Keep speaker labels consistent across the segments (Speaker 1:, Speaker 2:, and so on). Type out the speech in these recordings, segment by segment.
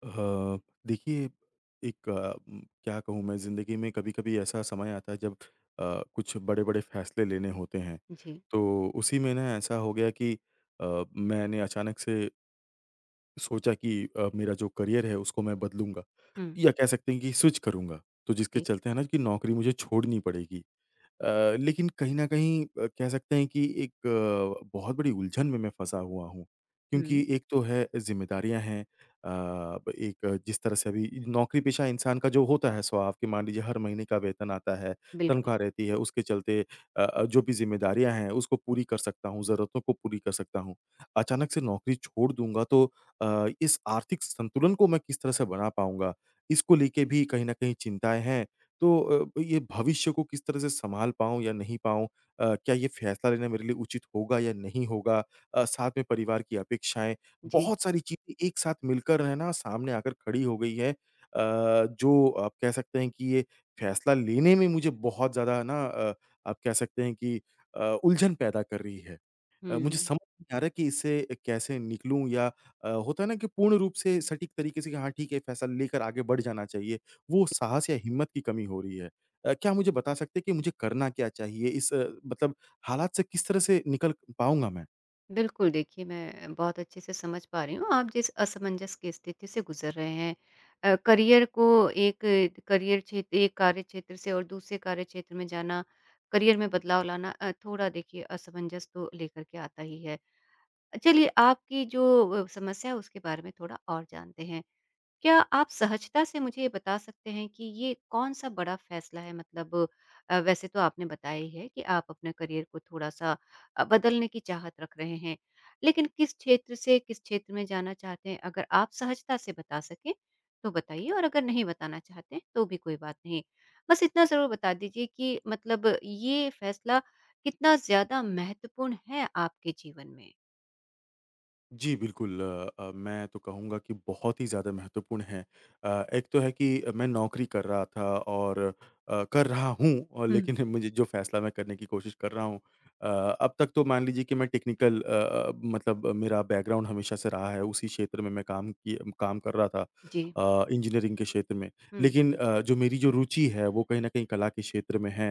Speaker 1: अ, देखिए एक क्या कहूँ मैं ज़िंदगी में कभी-कभी ऐसा समय आता है जब कुछ बड़े-बड़े फ़ैसले लेने होते हैं।
Speaker 2: जी।
Speaker 1: तो उसी में ना ऐसा हो गया कि मैंने अचानक से सोचा कि मेरा जो करियर है उसको मैं बदलूँगा
Speaker 2: हुँ।
Speaker 1: या कह सकते हैं कि स्विच करूँगा। तो जिसके
Speaker 2: जी।
Speaker 1: चलते है ना कि नौकरी मुझे छोड़नी पड़ेगी। लेकिन कहीं न कहीं कह सकते हैं कि एक बहुत बड़ी उलझन में मैं फँसा हुआ हूँ।
Speaker 2: हुँ।
Speaker 1: क्योंकि एक तो है ज़िम्मेदारियाँ हैं ब एक जिस तरह से अभी नौकरी-पेशा इंसान का जो होता है स्वभाव कि मान लीजिए हर महीने का वेतन आता है,
Speaker 2: बिल्कुल।
Speaker 1: तनख्वाह रहती है, उसके चलते जो भी ज़िम्मेदारियाँ हैं उसको पूरी कर सकता हूँ, ज़रूरतों को पूरी कर सकता हूँ। अचानक से नौकरी छोड़ दूँगा तो इस आर्थिक संतुलन को मैं किस तरह से बना पाऊँगा? इसको लेके भी कहीं न कहीं चिंताएँ हैं। तो ये भविष्य को किस तरह से सँभाल पाऊँ या नहीं पाऊँ? क्या ये फैसला लेना मेरे लिए उचित होगा या नहीं होगा? साथ में परिवार की अपेक्षाएँ,
Speaker 2: जी।
Speaker 1: बहुत सारी चीज़ें एक साथ मिलकर है ना सामने आकर खड़ी हो गई हैं। जो आप कह सकते हैं कि ये फैसला लेने में मुझे बहुत ज़्यादा ना आप कह सकते हैं कि उलझन पैदा कर रही है। मुझे
Speaker 2: हुँ।
Speaker 1: समझ नहीं आ रहा है कि इससे कैसे निकलूँ या होता है ना कि पूर्ण रूप से सटीक तरीके से कि हाँ ठीक है फैसला लेकर आगे बढ़ जाना चाहिए, वो साहस या हिम्मत की कमी हो रही है। क्या आप मुझे बता सकते हैं कि मुझे करना क्या चाहिए? इस मतलब हालात से किस तरह से निकल पाऊँगा मैं?
Speaker 2: बिल्कुल, देखिए मैं बहुत अच्छे से समझ पा रही हूँ आप जिस असमंजस की स्थिति से गुज़र रहे हैं। करियर को एक करियर क्षेत्र एक कार्य क्षेत्र से और दूसरे कार्य क्षेत्र में जाना, करियर में बदलाव लाना थोड़ा देखिए असमंजस तो लेकर के आता ही है। चलिए आपकी जो समस्या है उसके बारे में थोड़ा और जानते हैं। क्या आप सहजता से मुझे ये बता सकते हैं कि ये कौन-सा बड़ा फैसला है? मतलब वैसे तो आपने बताया ही है कि आप अपने करियर को थोड़ा-सा बदलने की चाहत रख रहे हैं। लेकिन किस क्षेत्र से किस क्षेत्र में जाना चाहते हैं? अगर आप सहजता से बता सकें, तो बताइए और अगर नहीं बताना चाहते, हैं तो भी कोई बात नहीं। बस इतना ज़रूर बता दीजिए कि मतलब ये फैसला कितना ज़्यादा महत्वपूर्ण है आपके जीवन में?
Speaker 1: जी, बिल्कुल मैं तो कहूँगा कि बहुत ही ज़्यादा महत्वपूर्ण है। एक तो है कि मैं नौकरी कर रहा था और कर रहा हूँ और
Speaker 2: हुँ,
Speaker 1: लेकिन मुझे जो फ़ैसला मैं करने की कोशिश कर रहा हूँ अ, अब तक तो मान लीजिए कि मैं टेक्निकल मतलब मेरा बैकग्राउंड हमेशा से रहा है, उसी क्षेत्र में मैं काम कर रहा था
Speaker 2: जी।
Speaker 1: इंजीनियरिंग के क्षेत्र में।
Speaker 2: हुँ,
Speaker 1: लेकिन जो मेरी जो रुचि है, वो कहीं न कहीं कला के क्षेत्र में है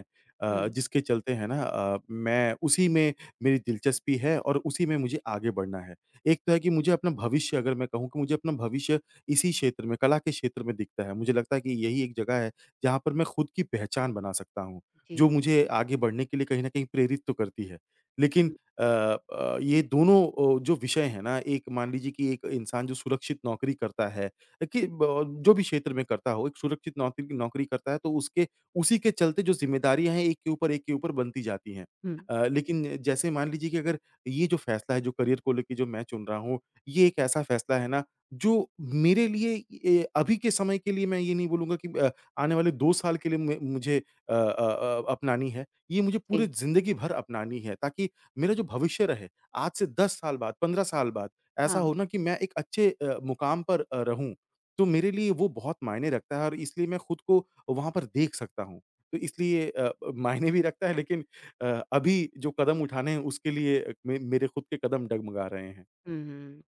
Speaker 2: हुँ,
Speaker 1: जिसके चलते है ना मैं उसी में मेरी दिलचस्पी है और उसी में मुझे आगे बढ़ना है। एक तो है कि मुझे अपना भविष्य अगर मैं कहूँ कि मुझे अपना भविष्य इसी क्षेत्र में, कला के क्षेत्र में दिखता है। मुझे लगता है कि यही एक जगह है जहाँ पर मैं खुद की पहचान बना सकता हूँ,
Speaker 2: जी।
Speaker 1: जो मुझे आगे बढ़ने के लिए कहीं न कहीं प्रेरित तो करती है। लेकिन
Speaker 2: हुँ,
Speaker 1: ये दोनों जो विषय हैं ना, एक मान लीजिए कि एक इंसान जो सुरक्षित नौकरी करता है कि ब जो भी क्षेत्र में करता हो, एक सुरक्षित नौकरी नौकरी करता है तो उसके उसी के चलते जो ज़िम्मेदारियाँ हैं, एक के ऊपर बनती जाती हैं।
Speaker 2: हुँ,
Speaker 1: लेकिन जैसे मान लीजिए कि अगर ये जो फ़ैसला है, जो करियर को लेके जो मैं चुन रहा हूँ, ये एक ऐसा फ़ैसला है ना, जो मेरे लिए ए अभी के समय के लिए मैं ये नहीं बोलूँगा कि आने वाले 2 साल के लिए मैं मुझे अपनानी है। ये मुझे पूरे
Speaker 2: जी,
Speaker 1: ज़िंदगी भर अपनानी है, ताकि मेरा जो भविष्य रहे, आज से 10 साल बाद, 15 साल बाद, ऐसा
Speaker 2: हाँ।
Speaker 1: हो ना कि मैं एक अच्छे मुकाम पर रहूँ। तो मेरे लिए वो बहुत मायने रखता है और इसलिए मैं खुद को वहाँ पर देख सकता हूँ। तो इसलिए मायने भी रखता है लेकिन अ, अभी जो कदम उठाने हैं उसके लिए मे मेरे खुद के कदम डगमगा रहे हैं।
Speaker 2: हुँ।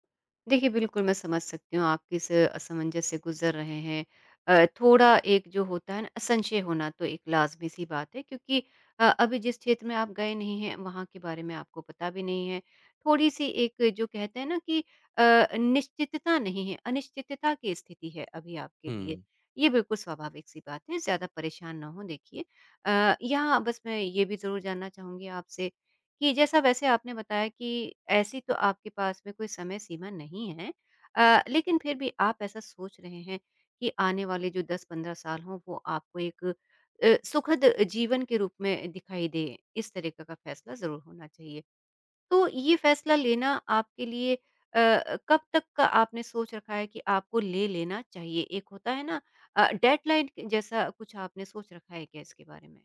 Speaker 2: देखिए, बिल्कुल मैं समझ सकती हूँ आप किस असमंजस से गुज़र रहे हैं। थोड़ा एक जो होता है ना संशय होना तो एक लाज़मी-सी बात है क्योंकि अभी जिस क्षेत्र में आप गए नहीं हैं वहाँ के बारे में आपको पता भी नहीं है। थोड़ी-सी एक जो कहते हैं ना कि निश्चितता नहीं है, अनिश्चितता की स्थिति है अभी आपके लिए।
Speaker 1: हुँ।
Speaker 2: ये बिल्कुल स्वाभाविक-सी बात है, ज़्यादा परेशान ना हों देखिए। यहाँ बस मैं ये भी ज़रूर जानना चाहूँगी आपसे कि जैसा वैसे आपने बताया कि ऐसी तो आपके पास में कोई समय सीमा नहीं है लेकिन फिर भी आप ऐसा सोच रहे हैं कि आने वाले जो 10-15 साल हों वो आपको एक सुखद जीवन के रूप में दिखाई दे इस तरीके का फैसला ज़रूर होना चाहिए। तो ये फैसला लेना आपके लिए अ, कब तक का आपने सोच रखा है कि आपको ले लेना चाहिए? एक होता है ना डेडलाइन जैसा कुछ आपने सोच रखा है क्या इसके बारे में?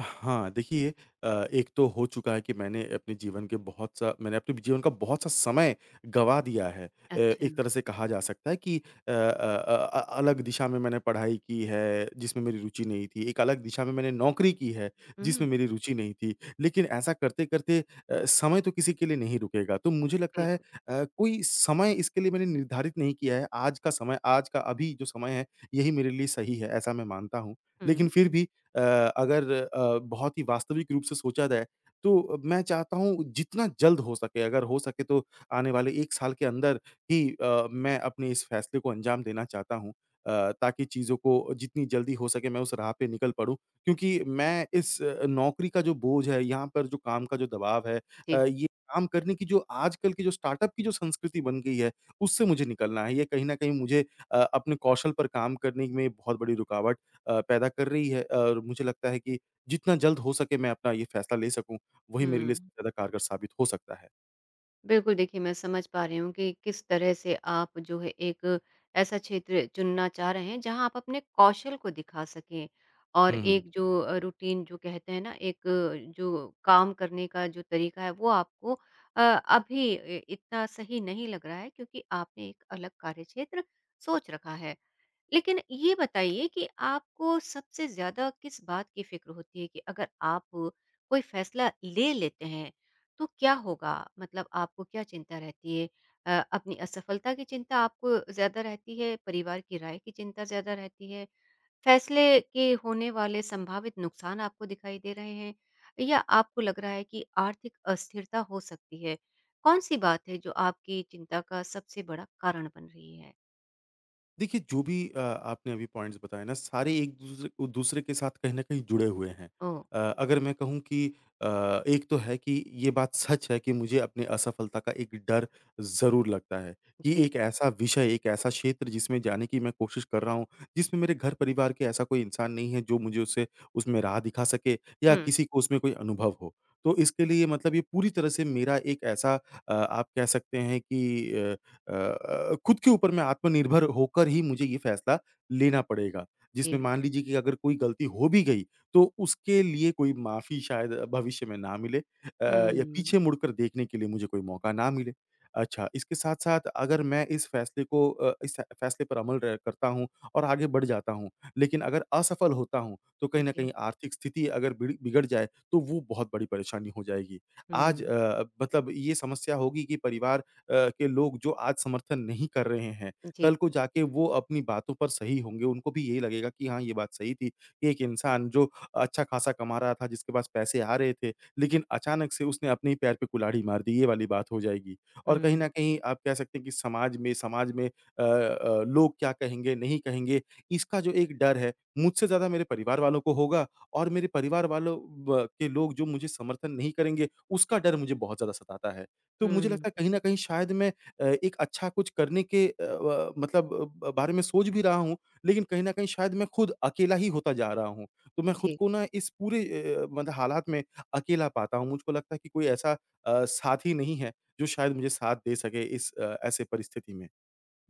Speaker 1: हाँ, देखिए एक तो हो चुका है कि मैंने अपने जीवन का बहुत सा समय गँवा दिया है।
Speaker 2: अच्छा।
Speaker 1: एक तरह से कहा जा सकता है कि अ अ अलग दिशा में मैंने पढ़ाई की है, जिसमें मेरी रुचि नहीं थी। एक अलग दिशा में मैंने नौकरी की है,
Speaker 2: हुँ,
Speaker 1: जिसमें मेरी रुचि नहीं थी। लेकिन ऐसा करते-करते समय तो किसी के लिए नहीं रुकेगा। तो मुझे लगता है
Speaker 2: बिल्कुल।
Speaker 1: कोई समय इसके लिए मैंने निर्धारित नहीं किया है। आज का अभी जो समय है, यही मेरे लिए सही है, ऐसा मैं मानता हूँ। लेकिन
Speaker 2: हुँ,
Speaker 1: फिर भी अ, अगर बहुत ही वास्तविक रूप से सोचा जाए, तो मैं चाहता हूँ जितना जल्द हो सके, अगर हो सके तो आने वाले 1 साल के अंदर ही मैं अपने इस फैसले को अंजाम देना चाहता हूँ। ताकि चीज़ों को जितनी जल्दी हो सके मैं उस राह पे निकल पड़ूँ, क्योंकि मैं इस नौकरी का जो बोझ है, यहाँ पर जो काम का जो दबाव है
Speaker 2: जी।
Speaker 1: ये काम करने की जो आजकल की जो स्टार्टअप की जो संस्कृति बन गई है, उससे मुझे निकलना है। ये कहीं न कहीं मुझे अपने कौशल पर काम करने में बहुत बड़ी रुकावट पैदा कर रही है और मुझे लगता है कि जितना जल्द हो सके मैं अपना ये फैसला ले सकूँ, वही मेरे लिए
Speaker 2: हुँ।
Speaker 1: सबसे ज़्यादा कारगर साबित हो सकता है।
Speaker 2: बिल्कुल देखिए, मैं समझ पा रही हूँ कि किस तरह से आप जो है एक ऐसा क्षेत्र चुनना चाह रहे हैं जहाँ आप अपने कौशल को दिखा सकें और
Speaker 1: हुँ, हुँ।
Speaker 2: एक जो रूटीन जो कहते हैं ना एक जो काम करने का जो तरीका है वो आपको अभी इ इतना सही नहीं लग रहा है क्योंकि आपने एक अलग कार्यक्षेत्र सोच रखा है। लेकिन ये बताइए कि आपको सबसे ज़्यादा किस बात की फ़िक्र होती है कि अगर आप कोई फ़ैसला ले लेते हैं, तो क्या होगा? मतलब आपको क्या चिंता रहती है? अपनी असफलता की चिंता आपको ज़्यादा रहती है? परिवार की राय की चिंता ज़्यादा रहती है? फ़ैसले के होने वाले संभावित नुकसान आपको दिखाई दे रहे हैं? या आपको लग रहा है कि आर्थिक अस्थिरता हो सकती है? कौन-सी बात है जो आपकी चिंता का सबसे बड़ा कारण बन रही है?
Speaker 1: देखिए, जो भी आपने अभी पॉइंट्स बताए ना, सारे एक दूसरे के साथ कहीं न कहीं जुड़े हुए हैं।
Speaker 2: ओह!
Speaker 1: अगर मैं कहूँ कि अ, एक तो है कि ये बात सच है कि मुझे अपनी असफलता का एक डर ज़रूर लगता है, कि
Speaker 2: जी।
Speaker 1: एक ऐसा विषय, एक ऐसा क्षेत्र जिसमें जाने की मैं कोशिश कर रहा हूँ, जिसमें मेरे घर-परिवार के ऐसा कोई इंसान नहीं है, जो मुझे उसे उसमें राह दिखा सके या
Speaker 2: हुँ।
Speaker 1: किसी को उसमें कोई अनुभव हो। तो इसके लिए मतलब ये पूरी तरह से मेरा एक ऐसा आप कह सकते हैं कि खुद के ऊपर मैं आत्मनिर्भर होकर ही मुझे ये फ़ैसला लेना पड़ेगा। जिसमें
Speaker 2: जी।
Speaker 1: मान लीजिए कि अगर कोई गलती हो भी गई, तो उसके लिए कोई माफ़ी शायद भविष्य में ना मिले या पीछे
Speaker 2: हुँ।
Speaker 1: मुड़कर देखने के लिए मुझे कोई मौका ना मिले। अच्छा, इसके साथ-साथ अगर मैं इस फ़ैसले पर अमल र करता हूँ और आगे बढ़ जाता हूँ, लेकिन अगर असफल होता हूँ, तो कहीं न
Speaker 2: जी।
Speaker 1: कहीं आर्थिक स्थिति अगर बिड़ बिगड़ जाए, तो वो बहुत बड़ी परेशानी हो जाएगी। आज
Speaker 2: हुँ।
Speaker 1: मतलब ये समस्या होगी कि परिवार के लोग जो आज समर्थन नहीं कर रहे हैं, कल
Speaker 2: जी।
Speaker 1: को जाके वो अपनी बातों पर सही होंगे। उनको भी यही लगेगा कि हाँ, ये बात सही थी कि एक इंसान जो अच्छा खासा कमा रहा था, जिसके पास पैसे आ रहे थे, लेकिन अचानक से उसने अपने ही पैर पे कुल्हाड़ी मार दी, ये वाली बात हो जाएगी। और कहीं
Speaker 2: हुँ।
Speaker 1: न कहीं आप कह सकते हैं कि समाज में लोग क्या कहेंगे, नहीं कहेंगे, इसका जो एक डर है, मुझसे ज़्यादा मेरे परिवार वालों को होगा और मेरे परिवार वालों ब के लोग जो मुझे समर्थन नहीं करेंगे, उसका डर मुझे बहुत ज़्यादा सताता है। तो मुझे
Speaker 2: हुँ।
Speaker 1: लगता है कहीं न कहीं शायद मैं एक अच्छा कुछ करने के अ, व मतलब ब बारे में सोच भी रहा हूँ, लेकिन कहीं न कहीं शायद मैं खुद अकेला ही होता जा रहा हूँ। तो मैं खुद
Speaker 2: जी।
Speaker 1: को ना इस पूरे मतलब हालात में अकेला पाता हूँ। मुझको लगता है कि कोई ऐसा साथी नहीं है, जो शायद मुझे साथ दे सके इस ऐसे परिस्थिति में।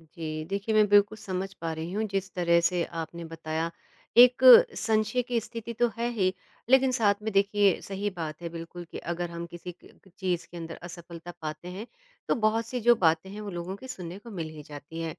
Speaker 2: जी, देखिए मैं बिल्कुल समझ पा रही हूँ जिस तरह से आपने बताया, एक संशय की स्थिति तो है ही, लेकिन साथ में देखिए सही बात है बिल्कुल कि अगर हम किसी क क चीज़ के अंदर असफलता पाते हैं, तो बहुत सी जो बातें हैं वो लोगों की सुनने को मिल ही जाती हैं।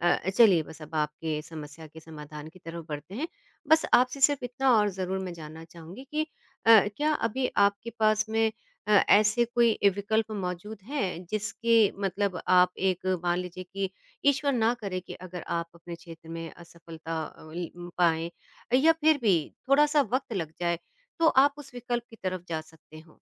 Speaker 2: चलिए बस अब आपके समस्या के समाधान की तरफ बढ़ते हैं। बस आपसे सिर्फ़ इतना और ज़रूर मैं जानना चाहूँगी कि क्या अभी आपके पास में ऐसे कोई विकल्प मौजूद हैं जिसके मतलब आप एक मान लीजिए कि ईश्वर ना करे कि अगर आप अपने क्षेत्र में असफलता ल पाएँ या फिर भी थोड़ा-सा वक़्त लग जाए, तो आप उस विकल्प की तरफ जा सकते हो।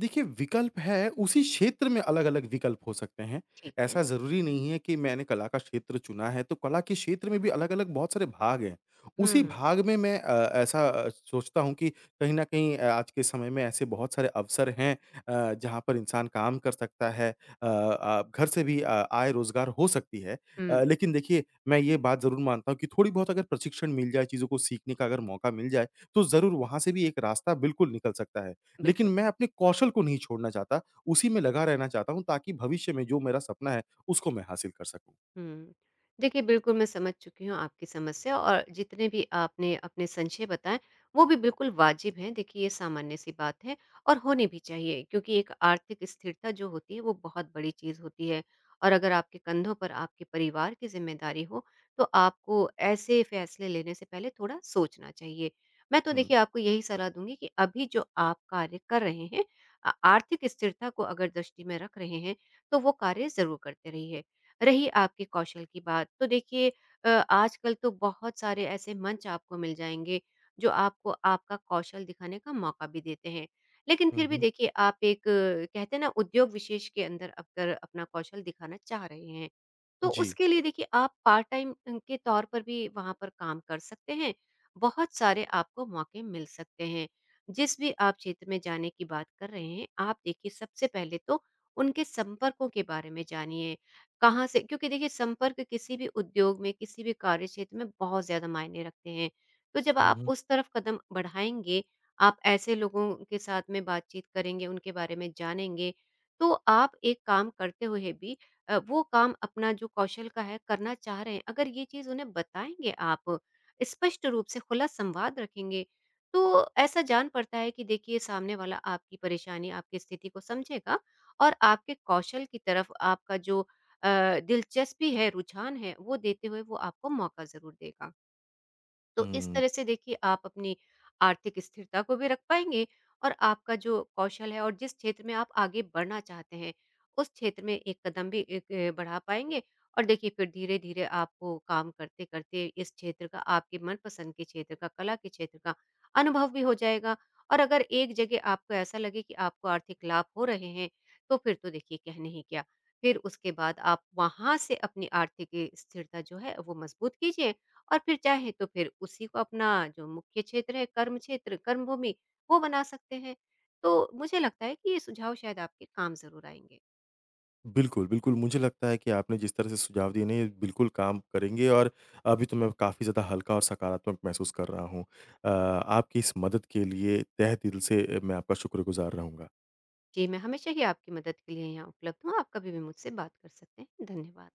Speaker 1: देखिए, विकल्प है, उसी क्षेत्र में अलग-अलग विकल्प हो सकते हैं।
Speaker 2: ठीक है।
Speaker 1: ऐसा ज़रूरी नहीं है कि मैंने कला का क्षेत्र चुना है, तो कला के क्षेत्र में भी अलग-अलग बहुत सारे भाग हैं।
Speaker 2: हुँ,
Speaker 1: उसी
Speaker 2: हुँ।
Speaker 1: भाग में मैं ऐसा सोचता हूँ कि कहीं न कहीं आज के समय में ऐसे बहुत सारे अवसर हैं जहाँ पर इंसान काम कर सकता है। घर से भी अ, आय रोज़गार हो सकती है।
Speaker 2: हुँ,
Speaker 1: लेकिन देखिए, मैं ये बात ज़रूर मानता हूँ कि थोड़ी बहुत अगर प्रशिक्षण मिल जाए, चीज़ों को सीखने का अगर मौका मिल जाए, तो ज़रूर वहाँ से भी एक रास्ता बिल्कुल निकल सकता है। लेकिन
Speaker 2: बिल्कुल।
Speaker 1: मैं अपने कौशल को नहीं छोड़ना चाहता, उसी में लगा रहना चाहता हूँ ताकि भविष्य में जो मेरा सपना है, उसको मैं हासिल कर सकूँ।
Speaker 2: हुँ। देखिए, बिल्कुल मैं समझ चुकी हूँ आपकी समस्या और जितने भी आपने अपने संशय बताएँ, वो भी बिल्कुल वाजिब हैं। देखिए, ये सामान्य-सी बात है और होनी भी चाहिए क्योंकि एक आर्थिक स्थिरता जो होती है, वो बहुत बड़ी चीज़ होती है और अगर आपके कंधों पर आपके परिवार की ज़िम्मेदारी हो, तो आपको ऐसे फैसले लेने से पहले थोड़ा सोचना चाहिए। मैं तो
Speaker 1: हुँ।
Speaker 2: देखिए आपको यही सलाह दूँगी कि अभी जो आप कार्य कर रहे हैं, आर्थिक स्थिरता को अगर दृष्टि में रख रहे हैं, तो वो कार्य ज़रूर करते रहिए। रही आपके कौशल की बात, तो देखिए आजकल तो बहुत सारे ऐसे मंच आपको मिल जाएँगे, जो आपको आपका कौशल दिखाने का मौका भी देते हैं। लेकिन
Speaker 1: हुँ,
Speaker 2: फिर भी
Speaker 1: हुँ।
Speaker 2: देखिए आप एक कहते हैं ना उद्योग विशेष के अंदर अगर अपना कौशल दिखाना चाह रहे हैं, तो
Speaker 1: जी।
Speaker 2: उसके लिए देखिए आप पार्ट टाइम के तौर पर भी वहाँ पर काम कर सकते हैं। बहुत सारे आपको मौके मिल सकते हैं। जिस भी आप क्षेत्र में जाने की बात कर रहे हैं, आप देखिए सबसे पहले तो उनके संपर्कों के बारे में जानिए कहाँ से क्योंकि देखिए संपर्क किसी भी उद्योग में, किसी भी कार्य क्षेत्र में बहुत ज़्यादा मायने रखते हैं। तो जब
Speaker 1: हुँ,
Speaker 2: आप
Speaker 1: हुँ।
Speaker 2: उस तरफ कदम बढ़ाएँगे, आप ऐसे लोगों के साथ में बातचीत करेंगे, उनके बारे में जानेंगे, तो आप एक काम करते हुए भी वो काम अपना जो कौशल का है, करना चाह रहे हैं, अगर ये चीज़ उन्हें बताएँगे आप, स्पष्ट रूप से खुला संवाद रखेंगे, तो ऐसा जान पड़ता है कि देखिए सामने वाला आपकी परेशानी, आपकी स्थिति को समझेगा और आपके कौशल की तरफ आपका जो दिलचस्पी है, रुझान है, वो देते हुए वो आपको मौका ज़रूर देगा। तो इस
Speaker 1: हुँ।
Speaker 2: तरह से देखिए आप अपनी आर्थिक स्थिरता को भी रख पाएँगे और आपका जो कौशल है और जिस क्षेत्र में आप आगे बढ़ना चाहते हैं, उस क्षेत्र में एक कदम भी एक बढ़ा पाएँगे और देखिए फिर धीरे-धीरे आपको काम करते-करते इस क्षेत्र का आपके मनपसंद के क्षेत्र का, कला के क्षेत्र का अनुभव भी हो जाएगा और अगर एक जगह आपको ऐसा लगे कि आपको आर्थिक लाभ हो रहे हैं, तो फिर तो देखिए कहने ही क्या। फिर उसके बाद आप वहाँ से अपनी आर्थिक स्थिरता जो है वो मजबूत कीजिए और फिर चाहे तो फिर उसी को अपना जो मुख्य क्षेत्र है, कर्म क्षेत्र, कर्मभूमि, वो बना सकते हैं। तो मुझे लगता है कि ये सुझाव शायद आपके काम ज़रूर आएँगे।
Speaker 1: बिल्कुल, बिल्कुल। मुझे लगता है कि आपने जिस तरह से सुझाव दिए ना ये बिल्कुल काम करेंगे और अभी तो मैं काफ़ी ज़्यादा हल्का और सकारात्मक महसूस कर रहा हूँ। आपकी इस मदद के लिए तहे दिल से मैं आपका शुक्रगुज़ार रहूँगा।
Speaker 2: जी, मैं हमेशा ही आपकी मदद के लिए यहाँ उपलब्ध हूँ। आप कभी भी मुझसे बात कर सकते हैं। धन्यवाद।